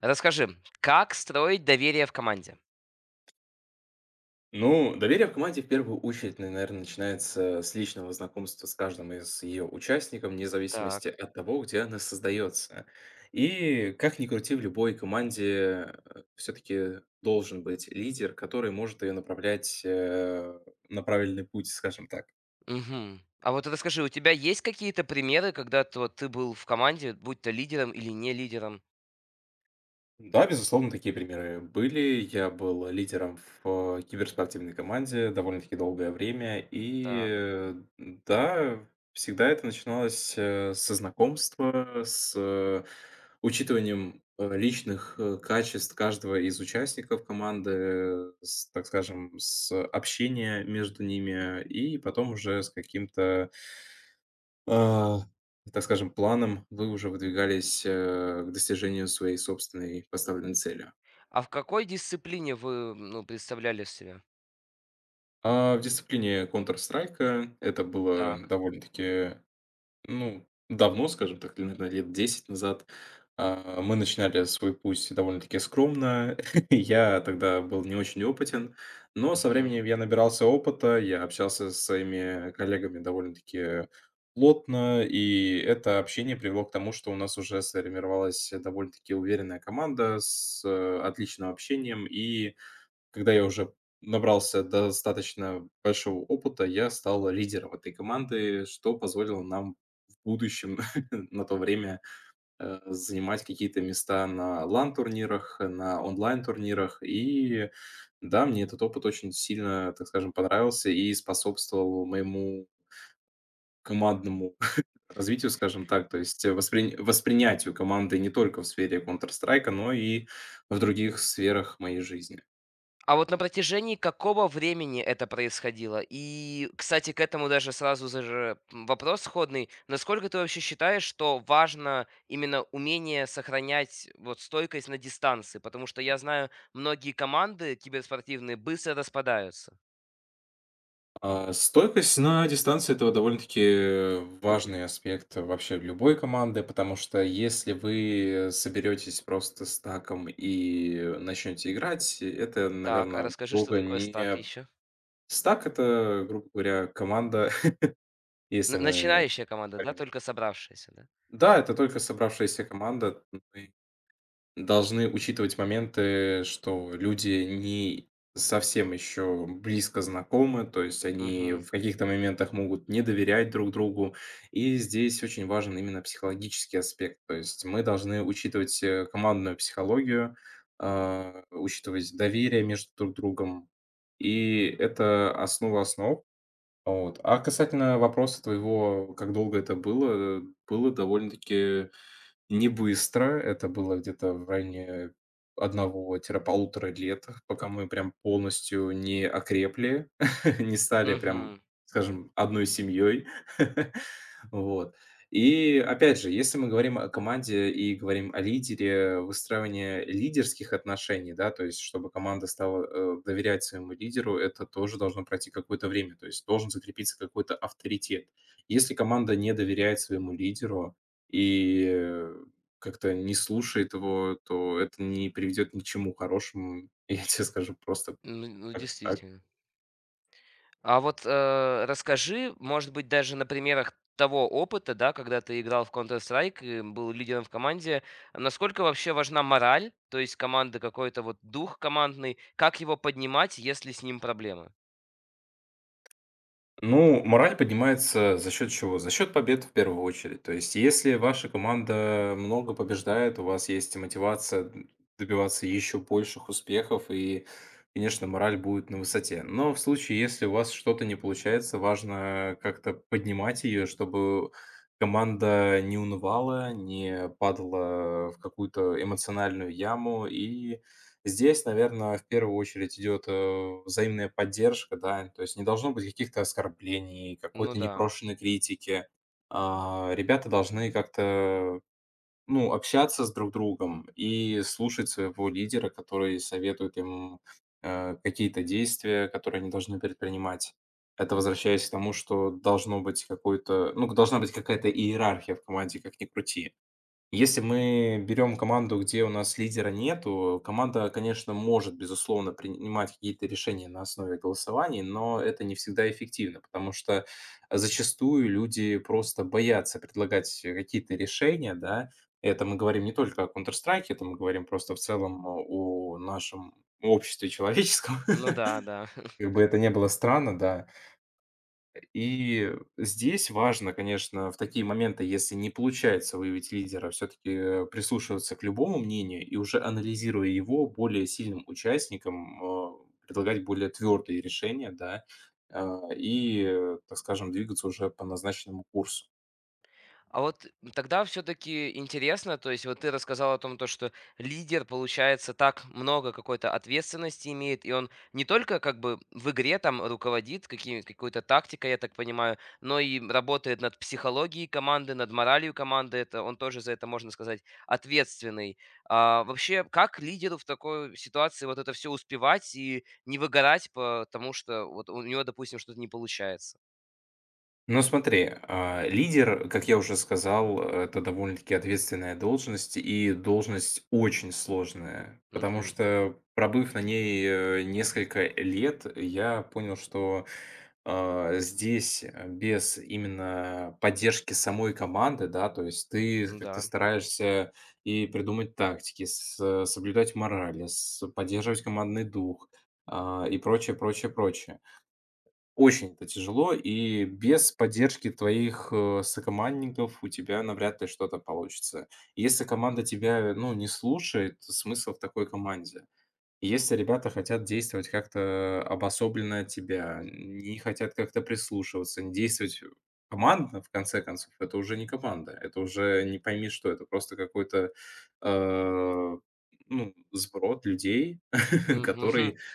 Расскажи, как строить доверие в команде? Ну, доверие в команде в первую очередь, наверное, начинается с личного знакомства с каждым из ее участников, вне зависимости Так. от того, где она создается. И как ни крути, в любой команде все-таки должен быть лидер, который может ее направлять на правильный путь, скажем так. Мгм. А вот расскажи, у тебя есть какие-то примеры, когда т вот ты был в команде, будь то лидером или не лидером? Да, безусловно, такие примеры были. Я был лидером в киберспортивной команде довольно-таки долгое время. И Так. э, да, всегда это начиналось со знакомства, с учитыванием личных качеств каждого из участников команды, с, так скажем, с общения между ними, и потом уже с каким-то а, так скажем, планом вы уже выдвигались, к достижению своей собственной поставленной цели. А в какой дисциплине вы, ну, представляли себя? А в дисциплине «Контр Страйка» это было Так. довольно-таки... Ну, давно, скажем так, наверное, лет 10 назад, мы начинали свой путь довольно-таки скромно. Я тогда был не очень опытен, но со временем я набирался опыта, я общался с своими коллегами довольно-таки плотно, и это общение привело к тому, что у нас уже сформировалась довольно-таки уверенная команда с, отличным общением. И когда я уже набрался достаточно большого опыта, я стал лидером этой команды, что позволило нам в будущем, на то время, занимать какие-то места на лан турнирах, на онлайн-турнирах. И да, мне этот опыт очень сильно, так скажем, понравился и способствовал моему командному развитию, скажем так, то есть, воспринятию команды не только в сфере Counter Strike, но и в других сферах моей жизни. А вот на протяжении какого времени это происходило? И, кстати, к этому даже сразу вопрос сходный. Насколько ты вообще считаешь, что важно именно умение сохранять вот стойкость на дистанции? Потому что я знаю, многие команды киберспортивные быстро распадаются. Стойкость на дистанции — это довольно-таки важный аспект вообще любой команды, потому что если вы соберетесь просто с стаком и начнете играть, это, Так, а наверное, расскажи, что долго такое не... стак еще? Стак — это, грубо говоря, команда, если мы Начинающая команда, да? говорим... Только собравшаяся, да? Да, это только собравшаяся команда. Должны учитывать моменты, что люди не совсем еще близко знакомы, то есть они Угу. в каких-то моментах могут не доверять друг другу. И здесь очень важен именно психологический аспект. То есть мы должны учитывать командную психологию, учитывать доверие между друг другом. И это основа основ. Вот. А касательно вопроса твоего, как долго это было, было довольно-таки не быстро, это было где-то в районе 1 полутора лет, пока мы прям полностью не окрепли, не стали прям, Угу. скажем, одной семьей. Вот. И опять же, если мы говорим о команде и говорим о лидере, выстраивание лидерских отношений, да, то есть чтобы команда стала доверять своему лидеру, это тоже должно пройти какое-то время, то есть должен закрепиться какой-то авторитет. Если команда не доверяет своему лидеру, и, как-то не слушает его, то это не приведет ни к чему хорошему. Я тебе скажу просто Ну, как-то так. действительно. А вот, расскажи, может быть, даже на примерах того опыта, да, когда ты играл в Counter-Strike и был лидером в команде, насколько вообще важна мораль, то есть команды, какой-то вот дух командный, как его поднимать, если с ним проблемы? Ну, мораль поднимается за счет чего? За счет побед в первую очередь. То есть, если ваша команда много побеждает, у вас есть мотивация добиваться еще больших успехов, и, конечно, мораль будет на высоте. Но в случае, если у вас что-то не получается, важно как-то поднимать ее, чтобы команда не унывала, не падала в какую-то эмоциональную яму. И здесь, наверное, в первую очередь идет, взаимная поддержка, да, то есть не должно быть каких-то оскорблений, Ну какой-то да, непрошенной критики. Ребята должны как-то, ну, общаться с друг другом и слушать своего лидера, который советует им, какие-то действия, которые они должны предпринимать. Это возвращаясь к тому, что должно быть какой-то, ну, должна быть какая-то иерархия в команде, как ни крути. Если мы берем команду, где у нас лидера нету, команда, конечно, может, безусловно, принимать какие-то решения на основе голосований, но это не всегда эффективно, потому что зачастую люди просто боятся предлагать какие-то решения, да. Это мы говорим не только о Counter-Strike, это мы говорим просто в целом о нашем обществе человеческом. ну да, да. Как бы это не было странно, да. И здесь важно, конечно, в такие моменты, если не получается выявить лидера, все-таки прислушиваться к любому мнению и уже анализируя его, более сильным участникам предлагать более твердые решения, да, э, так скажем, двигаться уже по назначенному курсу. А вот тогда все-таки интересно, то есть вот ты рассказал о том, то, что лидер, получается, так много какой-то ответственности имеет, и он не только как бы в игре там руководит какой-то тактикой, я так понимаю, но и работает над психологией команды, над моралью команды, это он тоже за это, можно сказать, ответственный. А вообще, как лидеру в такой ситуации вот это все успевать и не выгорать, потому что вот у него, допустим, что-то не получается? Ну смотри, лидер, как я уже сказал, это довольно-таки ответственная должность и должность очень сложная, потому Угу, что пробыв на ней несколько лет, я понял, что здесь без именно поддержки самой команды, да, то есть ты как-то да. стараешься и придумать тактики, соблюдать морали, поддерживать командный дух и прочее, прочее, прочее. Очень это тяжело, и без поддержки твоих, сокомандников у тебя навряд ли что-то получится. Если команда тебя, ну, не слушает, смысл в такой команде? Если ребята хотят действовать как-то обособленно от тебя, не хотят как-то прислушиваться, не действовать командно, в конце концов, это уже не команда, это уже не пойми что, это просто какой-то, э, ну, сброд людей, Мгм. который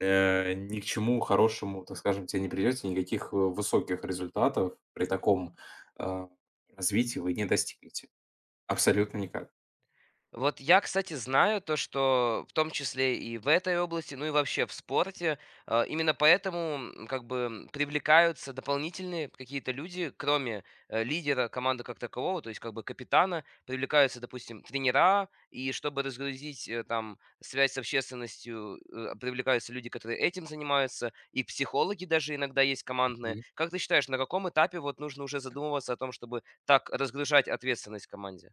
ни к чему хорошему, так скажем, тебе не придете, никаких, высоких результатов при таком, а, развитии вы не достигнете. Абсолютно никак. Вот я, кстати, знаю то, что в том числе и в этой области, ну и вообще в спорте, именно поэтому как бы привлекаются дополнительные какие-то люди, кроме лидера команды как такового, то есть как бы капитана, привлекаются, допустим, тренера, и чтобы разгрузить там связь с общественностью, привлекаются люди, которые этим занимаются, и психологи даже иногда есть командные. Мгм. Как ты считаешь, на каком этапе вот нужно уже задумываться о том, чтобы так разгружать ответственность в команде?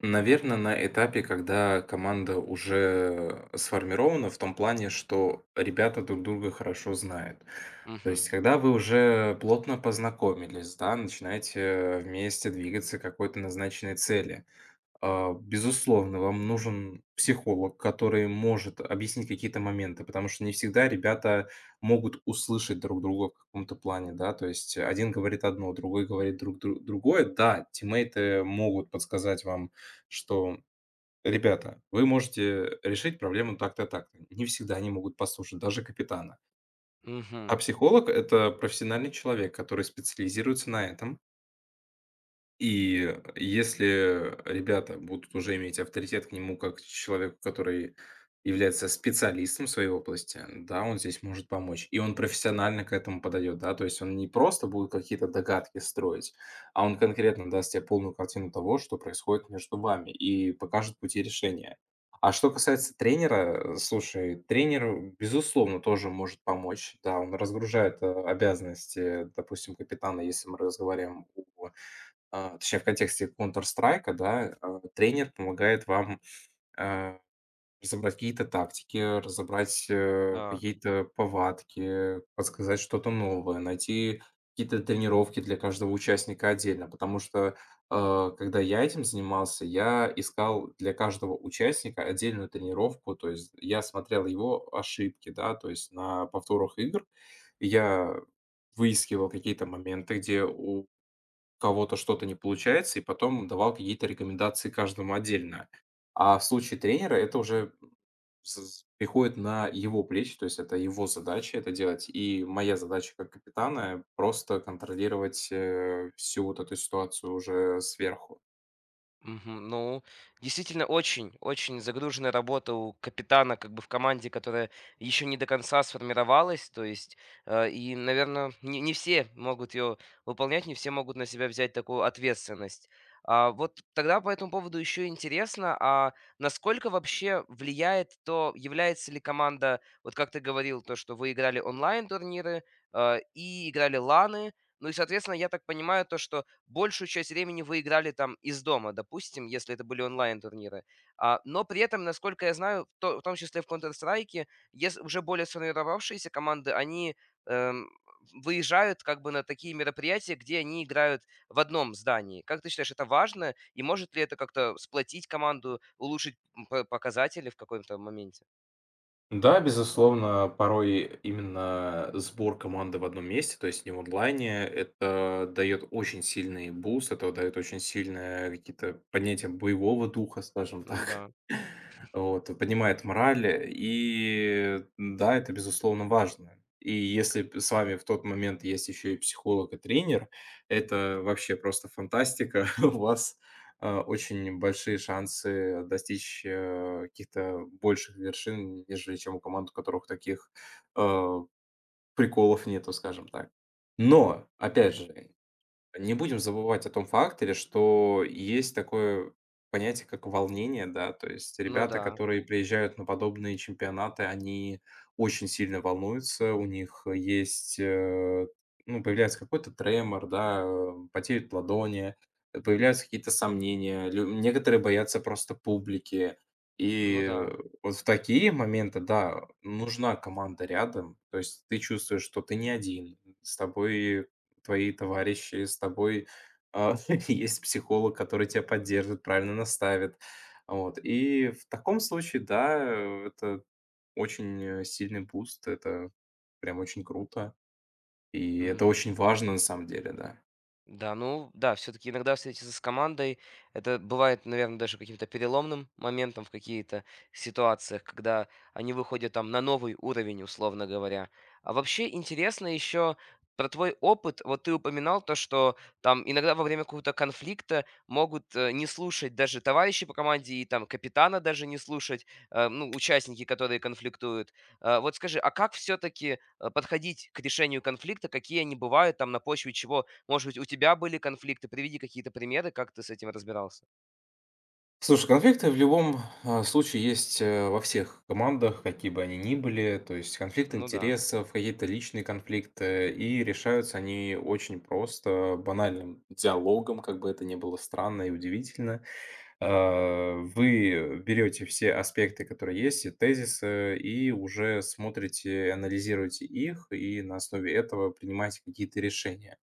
Наверно, на этапе, когда команда уже сформирована в том плане, что ребята друг друга хорошо знают. То Мгм. есть, когда вы уже плотно познакомились, да, начинаете вместе двигаться к какой-то назначенной цели. Безусловно, вам нужен психолог, который может объяснить какие-то моменты, потому что не всегда ребята могут услышать друг друга в каком-то плане, да, то есть один говорит одно, другой говорит другое. Да, тиммейты могут подсказать вам, что ребята, вы можете решить проблему так-то, так-то. Не всегда они могут послушать, даже капитана. А Мгм. психолог — это профессиональный человек, который специализируется на этом, и если ребята будут уже иметь авторитет к нему как к человеку, который является специалистом в своей области, да, он здесь может помочь. И он профессионально к этому подойдет, да, то есть он не просто будет какие-то догадки строить, а он конкретно даст тебе полную картину того, что происходит между вами, и покажет пути решения. А что касается тренера, слушай, тренер, безусловно, тоже может помочь. Да, он разгружает обязанности, допустим, капитана, если мы разговариваем о... А точнее, в контексте Counter Strike, да, тренер помогает вам, э, разобрать какие-то тактики, разобрать, Так. какие-то повадки, подсказать что-то новое, найти какие-то тренировки для каждого участника отдельно. Потому что, когда я этим занимался, я искал для каждого участника отдельную тренировку. То есть я смотрел его ошибки, да, то есть на повторах игр, и я выискивал какие-то моменты, где у кого-то что-то не получается, и потом давал какие-то рекомендации каждому отдельно. А в случае тренера это уже приходит на его плечи, то есть это его задача это делать. И моя задача как капитана просто контролировать всю вот эту ситуацию уже сверху. Мгм. Ну, действительно, очень, очень загруженная работа у капитана, как бы в команде, которая еще не до конца сформировалась. То есть, и, наверное, не все могут ее выполнять, не все могут на себя взять такую ответственность. А вот тогда по этому поводу еще интересно, а насколько вообще влияет то, является ли команда, вот как ты говорил, то, что вы играли онлайн-турниры и играли ланы, ну и, соответственно, я так понимаю, то, что большую часть времени вы играли там из дома, допустим, если это были онлайн-турниры. А, но при этом, насколько я знаю, в том числе в Counter-Strike, есть уже более сформировавшиеся команды, они эм, выезжают как бы на такие мероприятия, где они играют в одном здании. Как ты считаешь, это важно? И может ли это как-то сплотить команду, улучшить показатели в каком-то моменте? Да, безусловно, порой именно сбор команды в одном месте, то есть не в онлайне, это дает очень сильный буст, это дает очень сильное, какие-то поднятие боевого духа, скажем Ну так. Да. Вот, поднимает мораль, и да, это безусловно важно. И если с вами в тот момент есть еще и психолог и тренер, это вообще просто фантастика. У вас очень большие шансы достичь, каких-то больших вершин, нежели чем у команд, у которых таких, э, приколов нету, скажем так. Но, опять же, не будем забывать о том факторе, что есть такое понятие, как волнение, да, то есть Ну ребята, да. которые приезжают на подобные чемпионаты, они очень сильно волнуются, у них есть, ну, появляется какой-то тремор, да, потеют ладони, появляются какие-то сомнения, некоторые боятся просто публики. И Ну да. э, вот в такие моменты, да, нужна команда рядом, то есть ты чувствуешь, что ты не один, с тобой твои товарищи, с тобой, а, есть психолог, который тебя поддержит, правильно наставит. Вот. И в таком случае, да, это очень, сильный буст, это прям очень круто, и это очень важно на самом деле, да. Да, ну да, все-таки иногда встретиться с командой, это бывает, наверное, даже каким-то переломным моментом в какие-то ситуациях, когда они выходят там на новый уровень, условно говоря. А вообще интересно еще про твой опыт. Вот ты упоминал то, что там иногда во время какого-то конфликта могут не слушать даже товарищи по команде и там капитана даже не слушать, ну, участники, которые конфликтуют. Вот скажи, а как все-таки подходить к решению конфликта? Какие они бывают там на почве чего? Может быть, у тебя были конфликты? Приведи какие-то примеры, как ты с этим разбирался. Слушай, конфликты в любом, случае есть, во всех командах, какие бы они ни были. То есть конфликт Ну да. интересов, какие-то личные конфликты, и решаются они очень просто, банальным диалогом, как бы это ни было странно и удивительно. Вы берете все аспекты, которые есть, и тезисы, и уже смотрите, анализируете их, и на основе этого принимаете какие-то решения.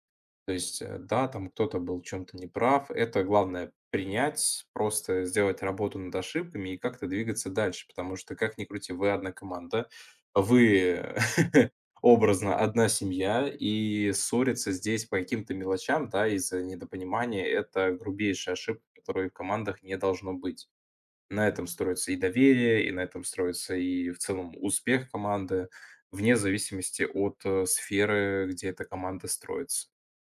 То есть, да, там кто-то был в чем-то неправ, это главное принять, просто сделать работу над ошибками и как-то двигаться дальше, потому что, как ни крути, вы одна команда, вы образно одна семья, и ссориться здесь по каким-то мелочам, да, из-за недопонимания, это грубейшая ошибка, которой в командах не должно быть. На этом строится и доверие, и на этом строится и в целом успех команды, вне зависимости от, сферы, где эта команда строится.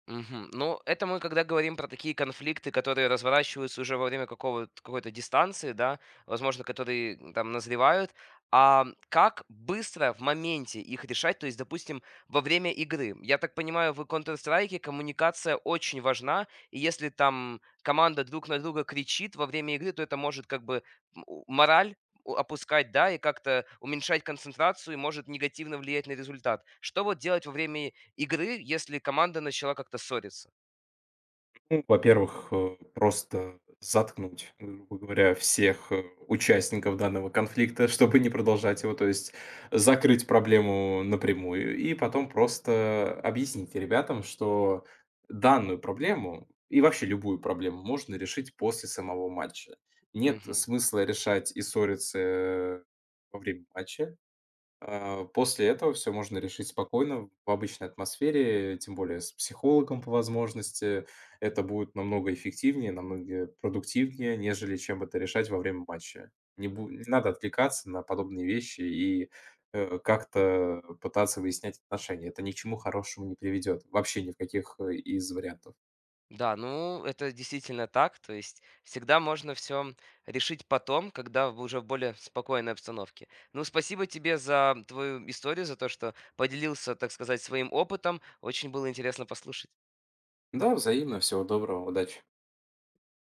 Мгм. Ну, это мы когда говорим про такие конфликты, которые разворачиваются уже во время какого какой-то дистанции, да, возможно, которые там назревают. А как быстро в моменте их решать? То есть, допустим, во время игры. Я так понимаю, в Counter-Strike коммуникация очень важна, и если там команда друг на друга кричит во время игры, то это может как бы мораль опускать, да, и как-то уменьшать концентрацию и может негативно влиять на результат. Что вот делать во время игры, если команда начала как-то ссориться. Ну, во-первых, просто заткнуть, грубо говоря, всех участников данного конфликта, чтобы не продолжать его, то есть закрыть проблему напрямую и потом просто объяснить ребятам, что данную проблему и вообще любую проблему можно решить после самого матча. Нет Мгм. смысла решать и ссориться во время матча, после этого все можно решить спокойно в обычной атмосфере, тем более с психологом по возможности. Это будет намного эффективнее, намного продуктивнее, нежели чем это решать во время матча. Не надо отвлекаться на подобные вещи и, как-то пытаться выяснять отношения. Это ни к чему хорошему не приведет, вообще ни в каких, из вариантов. Да, ну это действительно так. То есть всегда можно все решить потом, когда уже в более спокойной обстановке. Ну, спасибо тебе за твою историю, за то, что поделился, так сказать, своим опытом. Очень было интересно послушать. Да, взаимно. Всего доброго. Удачи.